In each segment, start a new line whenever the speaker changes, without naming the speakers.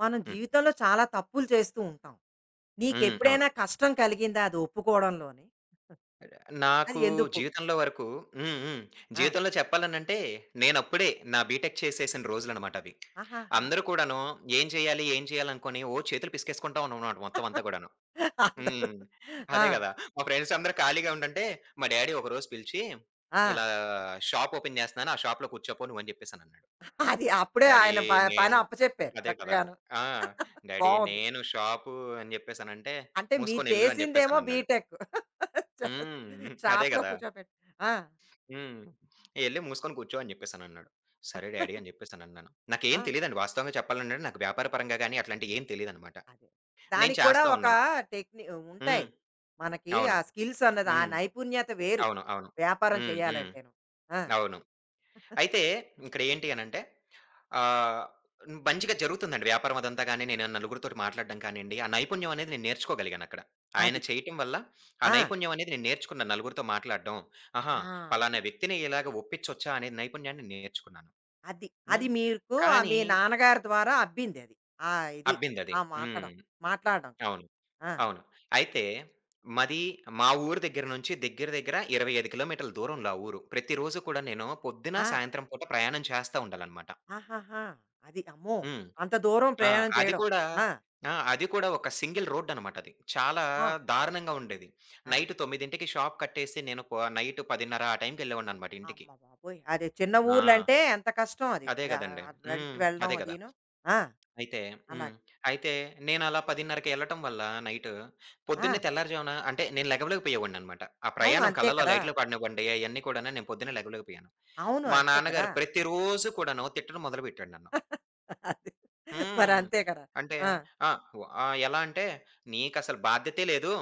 మనం
హ్మ్.
జీవితంలో చాలా తప్పులు చేస్తూ ఉంటాం.
హ్మ్. అవును.
నీకెప్పుడైనా కష్టం కలిగిందా అది ఒప్పుకోవడంలోని? అది
నాకు
ఎందుకు?
జీవితంలో వరకు హ్మ్. హ్మ్.
ఆ!
జీవితంలో చెప్పాలనంటే నేనప్పుడే నా బీటెక్ చేసేసిన రోజులనమాట అవి.
ఆహాహా!
అందరూ కూడాను ఏం చేయాలి? ఏం చేయాలనుకోని ఓ చేతులు పిసికేసుకుంటా ఉన్నామనమాట మొత్తం అంతా కూడాను.
అందరూ
హ్మ్.
ఆ!
అదే గదా! మా ఫ్రెండ్స్ అందరూ ఖాళీగా ఉండంటే మా డ్యాడీ ఒకరోజు పిలిచి,
ఆ!
"ఇలా షాప్ ఓపెన్ జేస్తున్నాను. ఆ షాప్‌లో కూర్చోపో నువ్వు" అని జెప్పేసనన్నాడు.
అది అప్పుడే
డ్యాడీ
ఆయన ప పని
నేను
అప్పచెప్పారు
అదే కదా!
చక్కగాను.
ఆ! డ్యాడీ
బావుంది.
నేను షాపు అని జెప్పేసనంటే,
అంటే మీరు
"మూసుకొనెళ్ళు" అని
చేసిందేమో
జెప్పేసనన్నాడు.
బీటెక్. చ
హ్మ్. అదే
షాప్‌లో
గదా!
కూర్చోపెట్టి ఆ!
హ్మ్. "ఎళ్లి మూసుకొని కూర్చో" అని జెప్పేసనన్నాడు. సరే డాడీ అని జెప్పేసనన్నాను.
ఆ!
నాకేం తెలీదండి వాస్తవంగా చెప్పాలంటే నాకు వ్యాపార పరంగా గాని అట్లాంటియేం తెలీదనమాట.
అదే.
నేను
దానికి కూడా
చేస్తా
ఒక
ఉన్నాను.
టెక్‌ని
హ్మ్.
ఉంటాయి. మనకి
అవును.
ఆ స్కిల్స్ అన్నది ఆ
హ్మ్.
నైపుణ్యత వేరు.
అవును. అవును.
వ్యాపారం
హ్మ్. హ్మ్.
చేయాలంటేను. ఆ!
అవును. అయితే ఇక్కడ ఏంటి అనంటే ఆహ్, మంచిగా జరుగుతుందండి వ్యాపారం అదంతా గాని, నేను నలుగురితోటి మాట్లాడడం కానియండి, ఆ నైపుణ్యం అనేది నేను నేర్చుకోగలిగానక్కడ. ఆయన
అది.
చేయటం వల్ల ఆ
ఆ!
నైపుణ్యం అనేది నేను నేర్చుకున్నాను నలుగురితో మాట్లాడడం. ఆహా!
ఆ! అది.
పలానా వ్యక్తిని ఇలాగ ఒప్పించొచ్చా అనే నైపుణ్యాన్ని నేర్చుకున్నాను.
అది. అది
హ్మ్.
మీకు ఆహ్,
కానీ
మీ నాన్నగారి ద్వారా అబ్బింది అది. ఆ ఇది.
అబ్బిందది.
ఆ
హ్మ్.
మాట్లాడడం.
అవును.
ఆ!
అవును. అయితే మాది మా ఊరు దగ్గర నుంచి దగ్గర దగ్గర 25 కిలోమీటర్ల దూరంలో ఆ ఊరు. ప్రతిరోజు కూడా నేను పొద్దున,
ఆ!
సాయంత్రం పూట ప్రయాణం చేస్తా ఉండాలనమాట.
ఆహాహా! అది. అమ్మో!
హ్మ్.
అంత దూరం
ఆ!
ప్రయాణం
అది
చేయడం.
కూడా
ఆ!
ఆ! అది కూడా ఒక సింగిల్ రోడ్ అనమాట అది. చాలా
అమ్మా!
దారుణంగా ఉండేది.
అది.
నైట్ 9కి షాప్ కట్టేసి నేను ప నైట్ 10:30 ఆ టైంకెళ్ళేవాడిననమాట ఇంటికి.
అమ్మ బాబోయ్! అది చిన్న
ఆ!
ఊర్లంటే ఎంత కష్టం అది.
అదే
అది ఆహ్,
గదండీ.
నడిచి
హ్మ్.
వెళ్ళడం
అదే గదా!
అదీను. ఆ!
అయితే హ్మ్.
అలాగా.
అయితే నేనలా 10:30కి ఎళ్ళటం వల్ల నైటు పొద్దున్నే
ఆ!
తెల్లారిజామున అంటే నేను లెగవలేకపోయేవాడిననమాట. ఆ
అవును.
ప్రయాణం
అంతే
కళ్ళలో
కదా!
లైట్లు పడినివ్వండి అయన్నీ కూడాను నేను పొద్దున్నే లెగవలేకపోయాను.
అవును.
మా
అంతే కదా!
నాన్నగారు ప్రతిరోజు కూడాను తిట్టడం మొదలుపెట్టాడు నన్ను.
అది. మరి
హ్మ్.
అంతే కదా!
అంటే
ఆ!
ఆ! ఎలా అంటే "నీకసలు బాధ్యతే లేదు.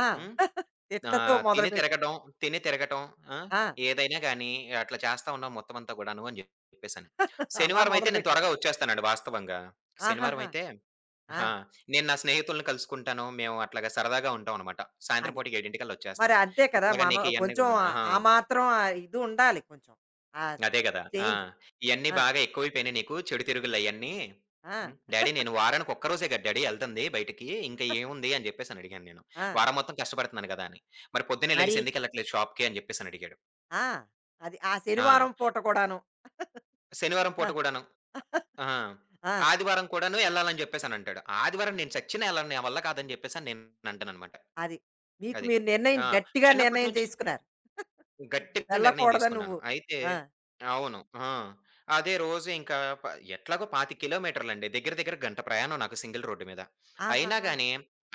ఆ!
హ్మ్. ఆ!
తిట్లతో
తిని
మొదలుపెట్టింది.
తిరగటం, తిని తిరగటం. ఆ!
ఆ!
ఏదైనా గాని అట్లా చేస్తా ఉన్నాం మొత్తం అంతా కూడాను అని చెప్పేసని.
అలా
శనివారం అయితే నేను
మొదలుపెట్టింది.
త్వరగా వచ్చేస్తానండి వాస్తవంగా. శనివారం
ఆహాహా!
అయితే
ఆ!
ఆ! నేను నా స్నేహితుల్ని కలుసుకుంటాను. మేము అట్లాగా సరదాగా ఉంటాం అన్నమాట. సాయంత్రం
అది.
పూట 7
మరి
వచ్చేస్తాను.
అంతే కదా!
ఇట్లాగా
మనం
నీకు ఇయన్నీ
కొంచెం
కూడాను
ఆ
ఆ!
ఆ మాత్రం ఆహ్, ఇది ఉండాలి కొంచెం. ఆ
అదే గదా! ఆ!
చేంజ్.
ఇయన్నీ
ఆ!
బాగా ఎక్కువైపోయినాయి నీకు చెడు తిరుగుళ్ళయన్నీ.
ఆ!
హ్మ్. డ్యాడీ నేను వారానికి ఒక్క రోజే గదా డ్యాడీ ఎళ్తంది బయటికి. ఇంకా ఏముంది అని జెప్పేసనడిగాను నేను.
ఆ!
వారం మొత్తం కష్టపడుతున్నాను గదా అని. మరి పొద్దున్నే
మరి?
లెగిసి ఎందుకెళ్ళట్లేదు షాప్‌కి అని జెప్పేసనడిగాడు.
ఆ! అది. ఆ
ఆ!
శనివారం పూట కూడాను.
శనివారం పూట
ఆ!
గూడాను. ఆ!
ఆ,
ఆదివారం కూడాను ఎళ్ళాలని జెప్పేసనంటాడు. ఆదివారం నేను చచ్చినా ఎళ్ళను. నా వల్ల కాదని జెప్పేసని నేనంటాననమాట.
అది. మీకు
అది.
మీరు నిర్ణయం
ఆ!
గట్టిగా
చిన్నప్పటి
నిర్ణయం
నుంచి
చేసుకున్నారు.
గట్టిగా నిర్ణయం
వెళ్ళకూడదు
తీసుకున్నాను.
నువ్వు.
అయితే
ఆ!
అవును. ఆ! అదే రోజు ఇంకా ప ఎట్లాగో 25 కిలోమీటర్లండి. దగ్గర దగ్గర గంట ప్రయాణం నాకు సింగిల్ రోడ్డు మీద. అయినా
ఆహాహా!
గాని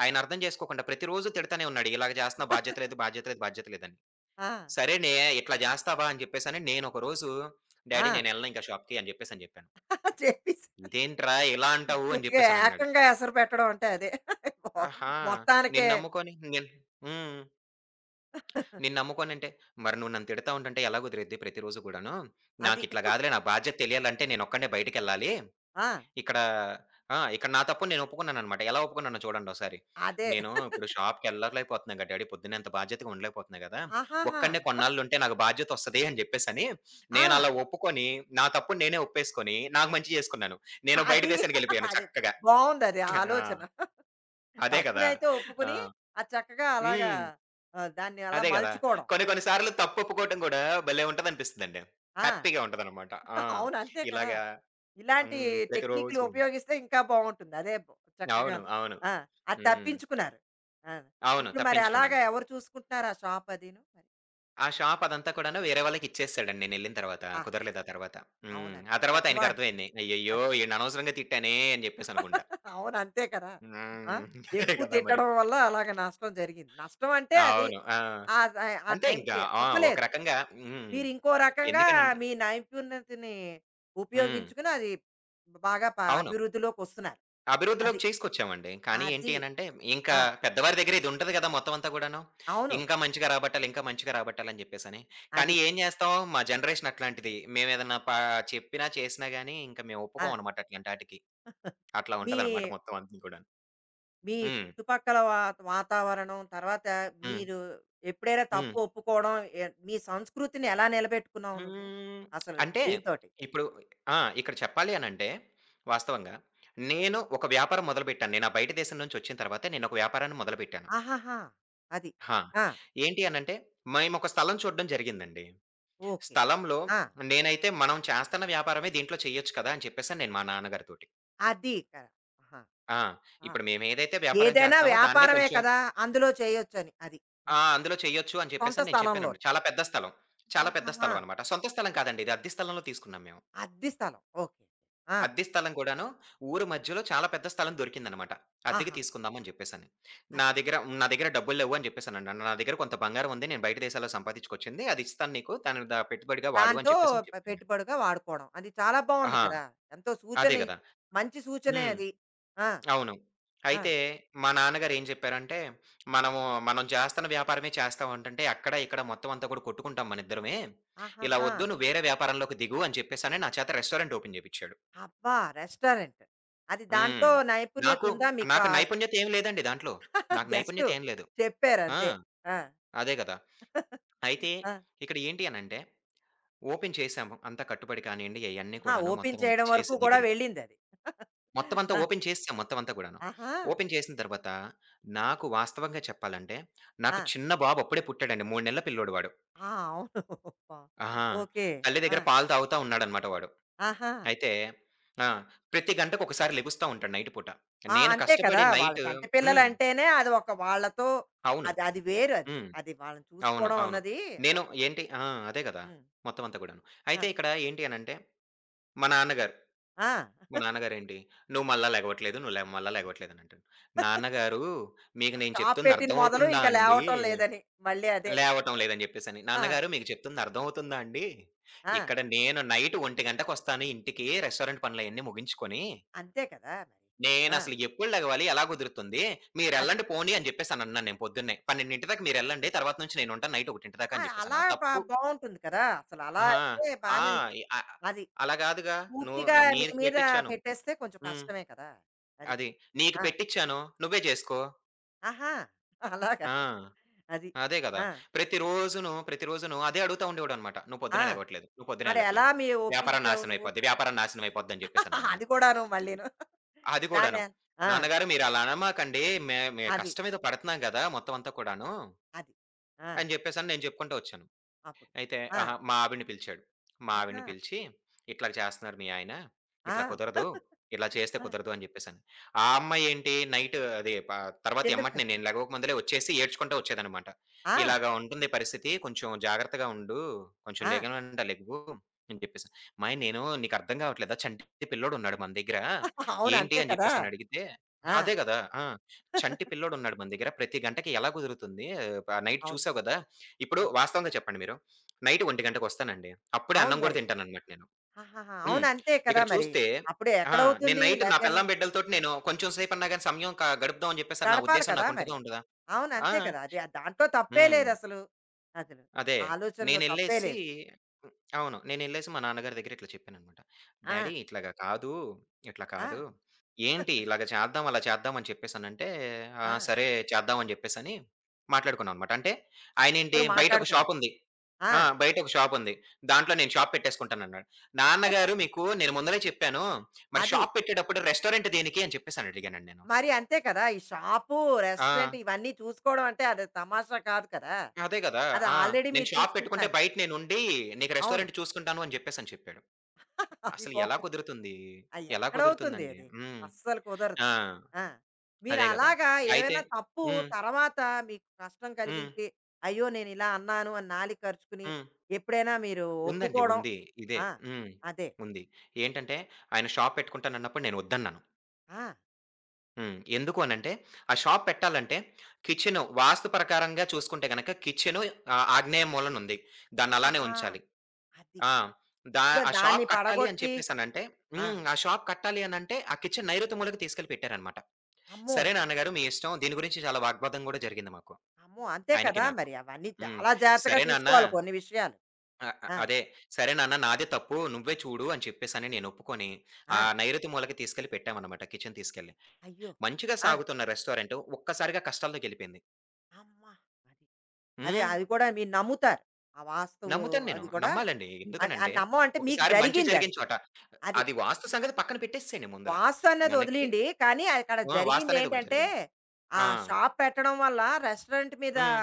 ఆయన అర్థం చేసుకోకుండా ప్రతిరోజు తిడతానే ఉన్నాడు. "ఇలాగ చేస్తున్నావు బాధ్యత లేదు, బాధ్యత లేదు, బాధ్యత లేదని."
ఆ!
సరేనే ఇట్లా చేస్తావా అని చెప్పేసని నేనొక రోజు డ్యాడీ
ఆ!
నేనెళ్ళను ఇంకా షాప్‌కి అని చెప్పేసని చెప్పాను.
చెప్పేసి
"ఇదేంట్రా ఇలా అంటావు?" అని
పూర్తిగా
చెప్పేసనన్నాడు.
ఏకంగా ఎసరు పెట్టడం అంటే అదే.
ఆహా!
మొత్తానికే
నిన్ను నమ్ముకొని నేను హ్మ్. నిన్ను నమ్ముకోనంటే, మరి నువ్వు నన్ను తిడతా ఉంటుంటే ఎలా కుదిరిద్ది ప్రతిరోజు గూడాను?
అది.
నాకిట్లా గాదులే నా బాధ్యత తెలియాలంటే నేనొక్కడినే బయటికెళ్ళాలి.
ఆ!
ఇక్కడ ఆ! ఇక్కడ నా తప్పు నేను ఒప్పుకున్నాననమాట. ఎలా ఒప్పుకున్నానో చూడండోసారి.
అదే.
నేను ఇప్పుడు షాప్‌కెళ్ళలేకపోతున్నాను గదా డ్యాడీ! పొద్దున్న ఇంత బాధ్యతగా ఉండలేకపోతున్నా గదా!
ఆహాహా!
ఒక్కడినే కొన్నాళ్ళుంటే నాకు బాధ్యతొస్తది అని జెప్పేసని నేనలా
ఆ!
ఒప్పుకొని, నా తప్పుని నేనే ఒప్పేసుకొని, నాకు మంచి జేసుకున్నాను. నేను బయట
అది
దేశానికెళ్ళిపోయాను
అది
చక్కగా.
బావుందది
ఆ!
ఆలోచన.
అదే కదా!
తప్పునైతే
ఆ!
ఒప్పుకుని, అది చక్కగా అలాగా
హ్మ్.
ఆహ్, దాన్ని అలా
అదే గదా!
మలుచుకోవడం.
కొన్ని కొన్ని సార్లు తప్పొప్పుకోవటం గూడా భలే ఉంటదనిపిస్తదండి.
ఆ!
హ్యాపీగా ఉంటదనమాట. ఆ!
అవును. అంతే కదా!
ఇలాగా
ఇలాంటి
హ్మ్.
టెక్నిక్‌లు
ప్రతిరోజు
ఉపయోగిస్తే ఇంకా బావుంటుంది. అదే బ్
అవును.
చక్కగాను.
అవును.
ఆ! అది
హ్మ్.
తప్పించుకున్నారు. ఆ!
అవును.
ఇప్పుడు మరి అలాగా
తప్పించుకున్నాను.
ఎవరు చూసుకుంటున్నారు ఆ షాప్ అదీను? మరి?
ఆ షాప్ అదంతా కూడాను వేరే వాళ్ళకిచ్చేసాడండి నేనెళ్ళిన తర్వాత.
ఆహాహా!
కుదరలేదు ఆ తర్వాత.
అవును.
హ్మ్.
అంతే
ఆ
కదా!
తర్వాత
పెద్దవా
ఆయనకర్థమైంది. అయ్యయ్యో!
అది.
ఈడిని అనవసరంగా తిట్టానే అని జెప్పేసనుకుంటా.
అవును. అంతే కదా! ఆ!
హ్మ్. అదే
ఎక్కువ
గదా మరి.
తిట్టడం వల్ల అలాగ నష్టం జరిగింది. నష్టం అంటే అది
అవును. ఆ!
ఆహ్, ఆ
అంతే ఇంకా.
టైంకి
ఆ! ఒక
అవ్వలేదు.
రకంగా హ్మ్.
మీరు ఇంకో రకంగా
ఎందుకనంటే
మీ నైపుణ్యతని
హ్మ్.
ఉపయోగించుకుని అది బాగా ప
అవును.
అభివృద్ధిలోకి వస్తున్నారు. అది.
అభివృద్ధిలోకి చేసుకొచ్చామండి. కానీ ఏంటి
అది.
అనంటే, ఇంకా
ఆ!
పెద్దవారి దగ్గర ఇది ఉంటది గదా! మొత్తం అంతా గూడాను.
అవును.
ఇంకా మంచిగా రాబట్టాలి, ఇంకా మంచిగా రాబట్టాలని జెప్పేసని.
అది.
కానీ ఏం జేస్తాం, మా జనరేషన్ అట్లాంటిది. మేమేదన్నా పా చెప్పినా, చేసినా గాని ఇంక మేము
ఆ!
ఒప్పుకోమనమాట అట్లాంటాటికి. అట్లా
మీ
ఉంటదనమాట మొత్తం అన్నీ గూడాను.
మీ
హ్మ్.
చుట్టుపక్కల వాతావరణం తర్వాత
హ్మ్.
మీరు ఎప్పుడైనా
హ్మ్.
తప్పు ఒప్పుకోవడం ఎ మీ సంస్కృతిని ఎలా నిలబెట్టుకున్నావు నువ్వు?
హ్మ్.
అసలు
అంటే
దీనితోటి?
ఇప్పుడు ఆ! ఇక్కడ చెప్పాలి అనంటే వాస్తవంగా నేను ఒక వ్యాపారం మొదలుపెట్టాను. నేను ఆ బయట దేశం నుంచొచ్చిన తర్వాతే నేనొక వ్యాపారాన్ని మొదలుపెట్టాను.
ఆహాహా! అది.
హా!
ఆ!
ఏంటి అనంటే, మేమొక స్థలం చూడడం జరిగిందండి.
ఓకే.
స్థలంలో
ఆ!
నేనైతే మనం చేస్తన్న వ్యాపారమే దీంట్లో చేయొచ్చు కదా! అని చెప్పేసని నేను మా నాన్నగారితోటి.
అది. క ఆహా!
ఆ!
ఆ!
ఇప్పుడు మేమేదైతే వ్యాపారం
ఏదైనా
చేస్తామో దాన్నే
వ్యాపారమే
కొంచెం
కదా! అందులో చేయొచ్చని. అది. ఆ!
ఆ! అందులో చేయొచ్చు అని
సొంత
చెప్పేసని నేను చెప్పానండి.
స్థలంలోనే.
చాలా పెద్ద స్థలం. చాలా పెద్ద
ఆహాహా!
స్థలం అనమాట. సొంత స్థలం కాదండి ఇది. అద్దె స్థలంలో తీసుకున్నాం మేము.
అద్దె స్థలం. ఓకే. ఆ!
అద్దె స్థలం కూడాను ఊరు మధ్యలో చాలా పెద్ద స్థలం దొరికిందనమాట. అద్దెకి
ఆహాహా!
తీసుకుందాం అని జెప్పేసని. నా
అది.
దగ్గర నా దగ్గర డబ్బులు లేవు అని జెప్పేసానన్నాను. నా దగ్గర కొంత బంగారం ఉంది. నేను బయట దేశాల్లో సంపాదించుకొచ్చింది. అది ఇస్తాను నీకు. దాన్ని పెట్టుబడిగా వాడు అని
దాంతో
చెప్పేసని చెప్పాను నేను.
పెట్టుబడిగా వాడుకోవడం. అది చాలా బావుంది
ఆహా!
కదా! ఎంతో సూచన
అదే
ఇ
గదా!
మంచి సూచనే
హ్మ్.
అది. ఆ!
అవును.
ఆ!
అయితే మా నాన్నగారు ఏం జెప్పారంటే, "మనము మనం జేస్తన్న వ్యాపారమే చేస్తాం" అంటంటే, "అక్కడ ఇక్కడ మొత్తం అంతా కూడా కొట్టుకుంటాం మనిద్దరమే. ఇలా
ఆహాహా!
ఒద్దు. నువ్వు వేరే వ్యాపారంలోకి దిగు" అని చెప్పేసని నా చేత రెస్టారెంట్ ఓపెన్ జేపిచ్చాడు.
అబ్బా! రెస్టారెంట్. అది
హ్మ్.
దాంట్లో నైపుణ్యత
నాకు,
ఉందా మీకు?
నాకు నైపుణ్యత ఏమి లేదండి దాంట్లో.
ఆ
నాకు
జస్టు
నైపుణ్యత ఏం లేదు.
చెప్పారు
ఆ!
అంతే. ఆ!
అదే గదా! అయితే
ఆ!
ఇక్కడ ఏంటి అనంటే, ఓపెన్ చేశాము. అంతా కట్టుబడి కానియండి అయన్నీ
ఆహా!
కూడాను
ఓపెన్
మొత్తం అంతా
చేయడం వరకు
చేసి
కూడా
దగ్గర
వెళ్ళిందది.
మొత్తం అంతా
ఆ!
ఓపెన్ చేసేసాం మొత్తం అంతా కూడాను.
ఆహా!
ఓపెన్ చేసిన తర్వాత నాకు వాస్తవంగా చెప్పాలంటే,
ఆ!
నాకు చిన్న బాబు అప్పుడే పుట్టాడండి. 3 నెలల పిల్లోడు వాడు.
ఆ! అవును. అబ్బా!
ఆహా!
ఓకే.
తల్లి
ఆ!
దగ్గర పాలు తాగుతా ఉన్నాడనమాట వాడు.
ఆహా!
అయితే ఆ! ప్రతి గంటకొకసారి లెగుస్తా ఉంటాడు నైట్ పూట.
ఆ!
నేను
అంతే కదా!
కష్టపడి
వాళ్ళ
నైట్
చంటి
హ్మ్.
పిల్లలంటేనే అది ఒక వాళ్ళతో
అవును.
అది అది వేరు అది.
హ్మ్.
అది వాళ్ళని
అవును.
చూసుకోవడం
అవును.
అన్నది
నేను
ఒక వే
ఏంటి ఆ! అదే గదా!
హ్మ్.
మొత్తం అంతా గూడాను.
ఆ!
అయితే ఇక్కడ ఏంటి అనంటే, మా నాన్నగారు,
ఆ!
మా నాన్నగారేంటి, "నువ్వు మళ్ళా లెగవట్లేదు. నువ్వు లే మళ్ళా లెగవట్లేదనంటాడు." నాన్నగారు మీకు నేను
స్టాప్
చెప్తుంది
పెట్టింది మొదలు
అర్థమవుతుందా
ఇంక
అండి?
లేవటం లేదని. మళ్ళీ అదే.
లేవటం లేదని జెప్పేసని.
ఆ!
నాన్నగారు మీకు చెప్తుంది అర్థమవుతుందా అండి?
ఆ!
ఇక్కడ నేను నైట్ 1 గంటకొస్తాను ఇంటికి రెస్టారెంట్ పనులయన్నీ ముగించుకొని.
అంతే కదా! మరి. ఆ!
నేనసలు ఎప్పుడు లెగవాలి? ఎలా కుదురుతుంది?
అది.
మీరెళ్ళండి పోనీ అని జెప్పేసనన్నాను నేను పొద్దున్నే. 12 దాకా మీరెళ్ళండి. తర్వాత నుంచి నేనుంటాను నైట్ 1 దాకా
ఆ!
అని
అలా
జెప్పేసన్నాను.
బ
తప్పు.
బావుంటుంది కదా! అసలు అలా
అహా!
అయితే
ఆ!
బానే ఉంటుంది.
ఇ అ
అది.
అలా గాదుగా. నువ్వు
పూర్తిగా మీ
నీకు
మీద
పెట్టిచ్చాను.
పెట్టేస్తే కొంచెం
హ్మ్.
కష్టమే కదా! అది.
అది. నీకు
ఆ!
పెట్టిచ్చాను. నువ్వే జేసుకో.
ఆహా! అలాగా.
ఆ!
అది.
అదే గదా!
ఆ!
ప్రతిరోజును, ప్రతిరోజును అదే అడుగుతా ఉండేవాడనమాట. నువ్వు
ఆ!
పొద్దున్నే లెగవట్లేదు. నువ్వు పొద్దున్నే
మరి ఎలా
ఎళ్ళట్లేదు.
మీ
వ్యాపారం
ఒప్పించావు
నాశనం
నువ్వు?
అయిపోద్ది. వ్యాపారం నాశనం అయిపోద్దని జెప్పేసనన్నాడు.
అది కూడాను మళ్ళీను.
అది గూడాను.
దాన్ని ఆ!
నాన్నగారు మీరలా అనమాకండి. మే మే
అది.
కష్టం ఏదో పడతన్నాం గదా! మొత్తం అంతా కూడాను
అది. ఆ!
అని జెప్పేసని నేను జెప్పుకుంటూ ఒచ్చాను.
అప్పుడు.
అయితే
ఆ!
అహా! మా ఆవిడని పిలిచాడు. మా ఆవిడని
ఆహా!
పిలిచి, "ఇట్లా చేస్తున్నారు మీ ఆయన. ఇట్లా
ఆ!
కుదరదు. ఇలా చేస్తే
ఆ!
కుదరదు" అని జెప్పేసని. ఆ అమ్మాయి ఏంటి నైట్ అదే ప తర్వాత
చిన్న పి
ఎమ్మటనే నేను లెగవక ముందలే వచ్చేసి ఏడ్చుకుంటా వచ్చేదనమాట.
ఆ!
"ఇలాగ ఉంటుంది పరిస్థితి. కొంచెం జాగ్రత్తగా ఉండు. కొంచెం
ఆ!
లెగనంట లెగువు" అని జెప్పేసి. "అమ్మాయి నేను నీకు అర్థం కావట్లేదా? చంటి పిల్లోడున్నాడు మన దగ్గర.
అవును.
ఏంటి"
అంతే
అని
కదా!
జెప్పేసని అడిగితే
ఆ!
అదే గదా! ఆ! "చంటి పిల్లోడున్నాడు మన దగ్గర. ప్రతి గంటకి ఎలా కుదురుతుంది? నైట్
అవును.
చూసావు గదా!" ఇప్పుడు
అది.
వాస్తవంగా చెప్పండి మీరు. నైట్ 1 గంటకొస్తానండి. అప్పుడే
అవును
అన్నం గూడా
మరి.
తింటాననమాట నేను.
ఆహాహా! అవును.
హ్మ్.
అంతే కదా
ఇక్కడ
మరి.
చూస్తే
అప్పుడు
ఆ! నేను
ఎక్కడవుతుంది?
నైట్ నా
లేతేను
పెళ్ళాం, బిడ్డలతోటి నేను కొంచెం సేపన్నా గాని సమయం గడుపుదాం అని జెప్పేసని నా
గడపాలి
ఉద్దేశం
కదా మరి.
నాకుంటదా? ఉండదా?
అవును.
ఆ!
అంతే కదా! అది దాంట్లో తప్పే
హ్మ్.
లేదసలు. అసలు. అసలు
అదే.
ఆ ఆలోచనలో తప్పే
నేనెళ్ళేసి
లేదు.
హ్మ్. అవును. నేనెళ్ళేసి మా నాన్నగారి దగ్గర ఇట్లా చెప్పాననమాట.
ఆ!
డ్యాడీ ఇట్లాగా కాదు, ఇట్లా
ఆ!
కాదు. ఏంటి ఇలాగ చేద్దాం, అలా చేద్దాం అని చెప్పేసనంటే, "ఆ!
ఆ!
సరే చేద్దాం" అని చెప్పేసని మాట్లాడుకున్నామనమాట. అంటే ఆయనేంటి
ఇద్దరు
బయట ఒక
మాట్లాడుకున్నారు.
షాపుంది.
ఆ!
ఆ! బయట ఒక షాపుంది. దాంట్లో నేను షాప్ పెట్టేసుకుంటానన్నాడు. నాన్నగారు మీకు నేను ముందలే చెప్పాను. మరి
అది.
షాప్ పెట్టేటప్పుడు రెస్టారెంట్ దేనికి అని చెప్పేసని అడిగానండి నేను.
మరి అంతే కదా! ఈ షాపు,
ఆ!
రెస్టారెంట్ ఇవన్నీ చూసుకోవడం అంటే అది తమాషా కాదు కదా!
అదే గదా!
అది
ఆ!
ఆల్రెడీ
నేను
మీరు
షాప్ పెట్టుకుంటే
చూసుకుంటున్నారు.
బయట నేనుండి నీకు
అవును.
రెస్టారెంట్ చూసుకుంటాను అని చెప్పేసని చెప్పాడు.
అది
అసలు ఎలా
బావుంది.
కుదురుతుంది?
అది
ఎలా
ఎక్కడవుతుంది
కుదురుతుందండి?
అది.
హ్మ్.
అస్సలు కుదరదు.
ఆ!
ఆ! మీరు
అదే గదా!
అలాగా
అయితే
ఏవైనా తప్పు
హ్మ్.
తర్వాత మీకు కష్టం
హ్మ్.
కలిగించి, అయ్యో! నేనిలా అన్నాను అని నాలుక కరుచుకుని,
హ్మ్.
ఎప్పుడైనా మీరు
ఉందండి.
ఒప్పుకోవడం
ఉంది. ఇదే.
ఆ!
హ్మ్.
అదే.
ఉంది. ఏంటంటే ఆయన షాప్ పెట్టుకుంటానన్నప్పుడు నేను వద్దన్నాను.
ఆ!
హ్మ్. ఎందుకు అనంటే, ఆ షాప్ పెట్టాలంటే కిచెను వాస్తు ప్రకారంగా చూసుకుంటే గనక కిచెను ఆగ్నేయ మూలనుంది. దాన్నలానే
ఆహాహా!
ఉంచాలి.
అది.
ఆ!
ఇక
ఆ షాప్
దాన్ని
కట్టాలి అని
పడగొట్టి
చెప్పేసనంటే
ఆ!
హ్మ్. ఆ షాప్ కట్టాలి అనంటే ఆ కిచెన్ నైరుతి మూలకి తీసుకెళ్ళి పెట్టారన్నమాట.
అమ్మో!
సరే నాన్నగారు మీ ఇష్టం. దీని గురించి చాలా వాగ్వాదం గూడా జరిగింది మాకు.
అమ్మో! అంతే
ఆయనకి
కదా!
నాకు.
మరి అవన్నీ
హ్మ్.
చాలా జాగ్రత్తగా
సరే నాన్న
చూసుకోవాలి కొన్ని విషయాలు.
అ అ
ఆ!
అదే. సరే నాన్న నాదే తప్పు నువ్వే చూడు అని చెప్పేసని నేను ఒప్పుకొని, ఆ
ఆ!
నైరుతి మూలకి తీసుకెళ్ళి పెట్టామనమాట కిచెన్ తీసుకెళ్ళి.
అయ్యో!
మంచిగా
ఆ!
సాగుతున్న రెస్టారెంట్ ఒక్కసారిగా కష్టాల్లోకెళ్ళిపోయింది.
అమ్మ! అది. అదే
హ్మ్.
అది కూడా మీరు నమ్ముతారు. ఆ వాస్తవు
నమ్ముతాను నేను.
అది కూడా
నమ్మాలండి.
అది
ఎందుకనంటే,
అది నమ్మమంటే మీకు
ఒకసారి మంచి జరిగిన
జరిగిందది.
చోట
అది. అది
అది వాస్తు సంగతి పక్కన పెట్టేసేయండి ముందల.
వాస్తు అన్నది
మనకి
వదిలేయండి. కానీ అక్కడ
ఆ! వాస్తు అనేది ఒకటి
జరిగిందేంటంటే,
జరిగింది.
ఆ
ఆ!
షాప్ పెట్టడం వల్ల రెస్టారెంట్ మీద
హ్మ్.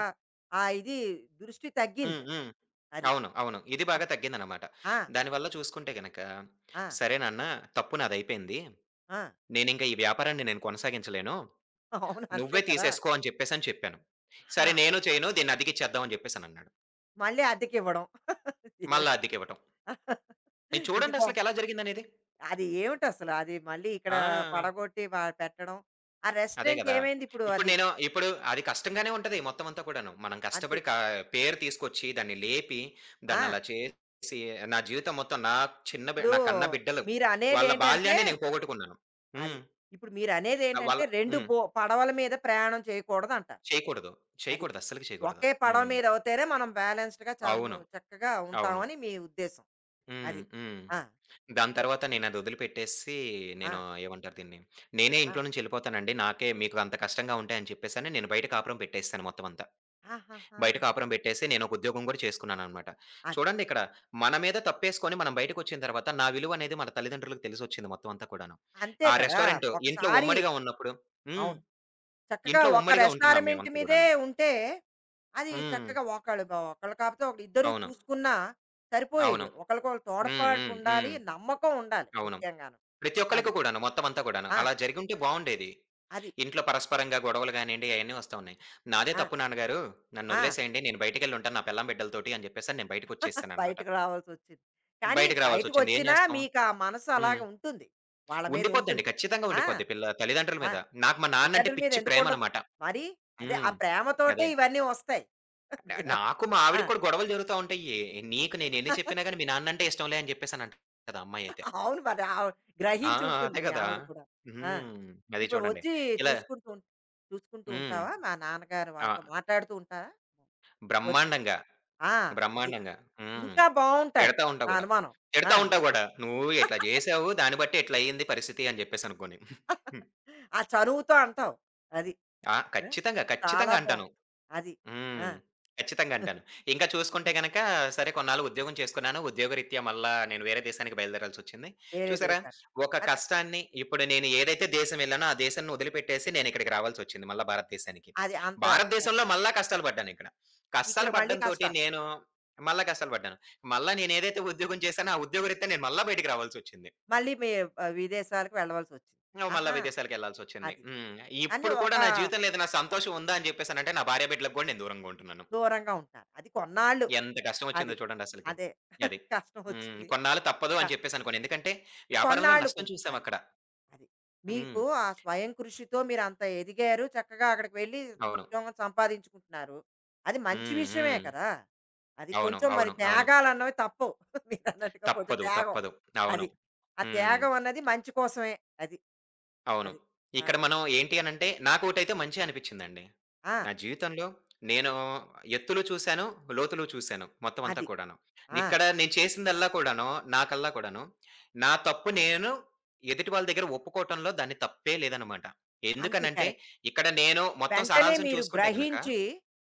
ఆ ఇది దృష్టి తగ్గింది
హ్మ్.
అక్కడ.
హ్మ్.
అది.
అవును. అవును. ఇది బాగా
అబ్బ!
తగ్గిందనమాట.
ఆ!
దానివల్ల చూసుకుంటే గనక,
ఆ!
సరే నాన్న తప్పు నాదయిపోయింది.
ఆ!
నేనింక ఈ వ్యాపారాన్ని నేను కొనసాగించలేను.
అవును. అంతే
నువ్వే
కదా!
తీసేసుకో అని చెప్పేసని చెప్పాను.
ఆహా!
సరే నేను చేయను. దీన్ని అద్దెకిచ్చేద్దాం అని చెప్పేసనన్నాడు.
మళ్ళీ అద్దెకివ్వడం.
మళ్ళా అద్దెకివ్వటం. ఇది
ఇది
చూడండి
బా
అసలకెలా జరిగిందనేది.
అది ఏమిటసలు? అది మళ్ళీ ఇక్కడ
ఆ!
పడగొట్టి వా పెట్టడం. ఆ
అదే
రెస్టారెంట్
గదా!
ఏమైంది ఇప్పుడు
ఇప్పుడు
అది?
నేను ఇప్పుడు అది కష్టంగానే ఉంటది మొత్తం అంతా కూడాను. మనం
అది
కష్టపడి కా పేరు తీసుకొచ్చి దాన్ని లేపి,
ఆ!
దాన్నలా చేసి నా జీవితం మొత్తం నా చిన్న బి
ఇప్పుడు
నా కన్న బిడ్డలు వాళ్ళ
మీరనేదేంటంటే
బాల్యాన్ని నేను పోగొట్టుకున్నాను.
అది.
హ్మ్.
ఇప్పుడు
ఆహ్, వాళ్ళ
మీరనేదేంటంటే 2
హ్మ్.
బో పడవల మీద ప్రయాణం చేయకూడదంటారు.
చేయకూడదు.
అది.
చేయకూడదు. అస్సలకి చేయకూడదు.
ఒకే పడవ
హ్మ్.
మీద అవుతేనే మనం బ్యాలెన్స్డ్‌గా చాము
అవును.
చక్కగా
అవును.
ఉంటామని మీ ఉద్దేశం.
హ్మ్.
అది.
హ్మ్.
ఆ!
దాని తర్వాత నేనది వదిలిపెట్టేసి
ఆ!
నేను ఏమంటారు దీన్ని? నేనే
ఆ!
ఇంట్లో నుంచి ఎళ్ళిపోతానండి. నాకే మీకు అంత కష్టంగా ఉంటాయని చెప్పేసని నేను బయట కాపురం పెట్టేసాను మొత్తం అంతా.
ఆహాహా!
బయట కాపురం పెట్టేసి నేనొక ఉద్యోగం గూడా చేసుకున్నాననమాట.
అది.
చూడండి ఇక్కడ మన మీద తప్పేసుకొని మనం బయటకొచ్చిన తర్వాత నా విలువనేది మన తల్లిదండ్రులకు తెలిసొచ్చింది మొత్తం అంతా కూడాను.
అంతే
ఆ
కదా!
రెస్టారెంట్ ఇంట్లో
ఒకసారి
ఉమ్మడిగా ఉన్నప్పుడు హ్మ్.
అవును. చక్కగా
ఇంట్లో
ఒక
ఉమ్మడిగా ఉంటున్నాం
రెస్టారెమెంట్
మేమంతా
మీదే
గూడాను.
ఉంటే అది
హ్మ్.
చక్కగా ఒకళ్ళు బ ఒకళ్ళు కాకపోతే ఒకళ్ళు ఇద్దరు
అవును.
చూసుకున్నా సరిపోయేది.
అవును.
ఒకళ్ళకొకళ్ళు
హ్మ్.
తోడ్పాటు
హ్మ్.
ఉండాలి.
హ్మ్.
నమ్మకం ఉండాలి
అవును.
ముఖ్యంగాను.
ప్రతి
అది.
ఒక్కళ్ళకి కూడాను మొత్తం అంతా కూడాను.
ఆ!
అలా జరిగుంటే బావుండేది.
అది.
ఇంట్లో పరస్పరంగా గొడవలు గానియండి అయన్నీ వస్తా ఉన్నాయి. నాదే
ఆ!
తప్పు నాన్నగారు
ఆ!
నన్నొదిలేసేయండి. నేను బయటికెళ్ళి ఉంటాను. నా పెళ్ళాం, బిడ్డలతోటి అని జెప్పేసని నేను బయటికొచ్చేసాననమాట.
బయటకు రావాల్సొచ్చింది. కానీ
బయటికి రావాల్సొచ్చింది. ఏం
బయటకొచ్చినా
జేస్తాం?
మీకు ఆ మనసు
హ్మ్.
అలాగే ఉంటుంది. వాళ్ళ మీద
ఉండిపోద్దండి.
ఉంటుంది.
ఖచ్చితంగా
ఆ!
ఉండిపోద్ది. పిల్ల తల్లిదండ్రుల
ఆ!
మీద. నాకు మా నాన్నంటే
తల్లిదండ్రుల మీద
పిచ్చి
ఎందుకుండదు?
ప్రేమనమాట.
మరి అదే ఆ
హ్మ్.
ప్రేమతోటే
అదే.
ఇవన్నీ వస్తాయి.
న
మీరన్న
నాకు మా
ఆ!
ఆవిడకి కూడా గొడవలు జరుగుతా ఉంటాయి. "నీకు నేనెన్ని చెప్పినా గాని మీ నాన్నంటే ఇష్టంలే" అని చెప్పేసనంటది ఆ అమ్మాయయితే.
అవును మరి ఆవి
ఆ!
గ్రహించి ఉంటుంది
అదే
మీ
గదా!
ఆవిడ కూడా. ఆ!
హ్మ్. అది
ఇప్పుడు
చూడండి.
వచ్చి
ఇలా
చూసుకుంటూ ఉం చూసుకుంటూ
హ్మ్.
ఉంటావా? మా నాన్నగారు
ఆ!
వాళ్ళతో మాట్లాడుతూ ఉంటారా? వచ్చి
బ్రహ్మాండంగా.
ఆ! అది.
బ్రహ్మాండంగా. హ్మ్.
ఇంకా బావుంటారు
తిడతా ఉంటా
నా
గూడా.
అనుమానం. ఆ!
తిడతా ఉంటా గూడా. "నువ్వు ఇట్లా జేసావు. దాన్ని బట్టే ఇట్లయింది పరిస్థితి" అని జెప్పేసనుకోని.
ఆ చనువుతో అంటావు. అది.
ఆ!
ఆ!
ఖచ్చితంగా.
చాలా
ఖచ్చితంగా అంటాను.
బావుంది. అది. ఆ!
హ్మ్. ఖచ్చితంగా అంటాను. ఇంకా చూసుకుంటే గనక సరే కొన్నాళ్ళు ఉద్యోగం చేసుకున్నాను. ఉద్యోగరీత్యా మళ్ళా నేను వేరే దేశానికి బయలుదేరాల్సొచ్చింది.
వేరే
చూసారా?
దేశానికి.
ఒక
అదే.
కష్టాన్ని ఇప్పుడు నేను ఏదైతే దేశం ఎళ్ళానో ఆ దేశాన్ని వదిలిపెట్టేసి నేనిక్కడికి రావాల్సొచ్చింది మళ్ళా భారతదేశానికి.
అది అంత అది.
భారతదేశంలో మళ్ళా కష్టాలు పడ్డానిక్కడ.
ఇక్కడ
కష్టాలు
మళ్ళీ
పడ్డంతోటి
కష్టాలు.
నేను మళ్ళా కష్టాలు పడ్డాను. మళ్ళా నేనేదైతే ఉద్యోగం చేశానో ఆ ఉద్యోగరీత్యా నేను మళ్ళా బయటికి రావాల్సొచ్చింది.
మళ్ళీ మీ ఆహ్, విదేశాలకు వెళ్ళవలసొచ్చింది.
మళ్ళా
ఆహా!
విదేశాలకెళ్ళాల్సొచ్చింది.
అది.
హ్మ్.
అని
ఇప్పుడు కూడా
ఒక
నా జీవితంలో ఏదైనా సంతోషం ఉందా అని చెప్పేసనంటే నా భార్యాబిడ్డలకు గూడా నేను దూరంగా ఉంటున్నాను.
దూరంగా ఉంటారు. అది కొన్నాళ్ళు.
ఎంత కష్టమొచ్చిందో
అది.
చూడండి అసలకి.
అదే.
అది.
కష్టం
హ్మ్.
వచ్చింది.
కొన్నాళ్ళు తప్పదు
క
అని చెప్పేసనుకోని. ఎందుకంటే, వ్యాపారంలో
కొన్నాళ్ళు
నష్టం
కొన్ని మరి.
చూసామక్కడ.
అది.
హ్మ్.
మీకు ఆ స్వయం కృషితో మీరంత ఎదిగారు. చక్కగా అక్కడికి వెళ్లి
అవును.
ఉద్యోగం సంపాదించుకుంటున్నారు. అది మంచి
హ్మ్.
విషయమే
హ్మ్.
కదా! అది
అవును.
కొంచెం మరి
అవును. అవును.
త్యాగాలన్నవి తప్పవు. మీరన్నట్టుగా కొంచెం
తప్పదు.
త్యాగం.
తప్పదు. అవును.
అది. ఆ
హ్మ్.
త్యాగం అన్నది మంచి కోసమే. అది.
అవును.
అది. ఆ!
ఇక్కడ మనం ఏంటి అనంటే నాకోటైతే మంచిగా అనిపిచ్చిందండి.
ఆ!
నా జీవితంలో నేను ఎత్తులు చూసాను, లోతులు చూసాను మొత్తం అంతా
అది.
కూడాను.
ఆ!
ఇక్కడ నేను చేసిందల్లా కూడాను, నా కల్లా కూడాను, నా తప్పు నేను ఎదుటి వాళ్ళ దగ్గర ఒప్పుకోవటంలో దాన్ని తప్పే లేదనమాట.
అంతే
ఎందుకనంటే
కరెక్ట్.
ఇక్కడ నేను మొత్తం
వెంటనే
సారాంశం
మీరు
చూసుకుంటే గనక
గ్రహించి,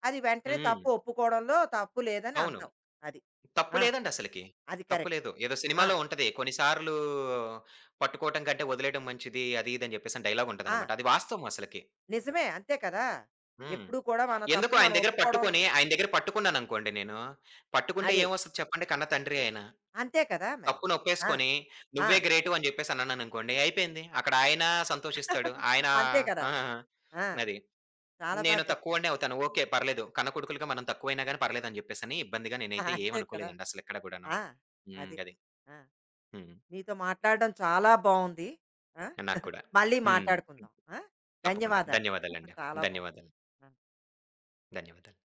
అది వెంటనే
హ్మ్.
తప్పు ఒప్పుకోవడంలో తప్పు లేదని
అవును.
అంటావు. అది.
తప్పు
ఆ!
లేదండి అసలకి.
అది
తప్పు
కరెక్ట్.
లేదు. ఏదో
ఆ!
సినిమాలో ఉంటది. కొన్ని సార్లు పట్టుకోవటం కంటే వదిలేయడం మంచిది అది ఇది అని చెప్పేసి అని డైలాగ్
ఆ!
ఉంటదనమాట. అది వాస్తవం అసలకి.
నిజమే. అంతే కదా!
హ్మ్.
ఎప్పుడూ కూడా మన
ఎందుకో
తప్పు
ఆయన
మనం
దగ్గర
ఒప్పుకోవడం
పట్టుకొని, ఆయన దగ్గర పట్టుకున్నాననుకోండి నేను. పట్టుకుంటే
అది.
ఏమొస్తది చెప్పండి? కన్న తండ్రి ఆయన.
అంతే కదా మరి. ఆ!
తప్పునొప్పేసుకొని,
ఆ!
"నువ్వే గ్రేటు" అని జెప్పేసనన్నాననుకోండి అయిపోయింది. అక్కడ ఆయన సంతోషిస్తాడు. ఆయన
అంతే కదా!
ఆ!
ఆ!
అది.
చాలా బా
నేను
చెప్తున్నావు.
తక్కువోడినే అవుతాను. ఓకే. పర్లేదు. కన్న కొడుకులుగా మనం తక్కువైనా గాని పర్లేదని జెప్పేసని ఇబ్బందిగా నేనైతే
అంతే కదా!
ఏమనుకోలేదండి అసలెక్కడ గూడాను.
ఆ!
హ్మ్.
అది.
గది.
ఆ!
హ్మ్.
నీతో మాట్లాడడం చాలా బావుంది. ఆ!
నాకు కూడా.
మళ్ళీ
హ్మ్.
మాట్లాడుకుందాం. ఆ!
తప్పకుండా.
ధన్యవాదాలు.
ధన్యవాదాలండి.
చాలా బావుంది.
ధన్యవాదాలు.
ఆ!
ధన్యవాదాలు.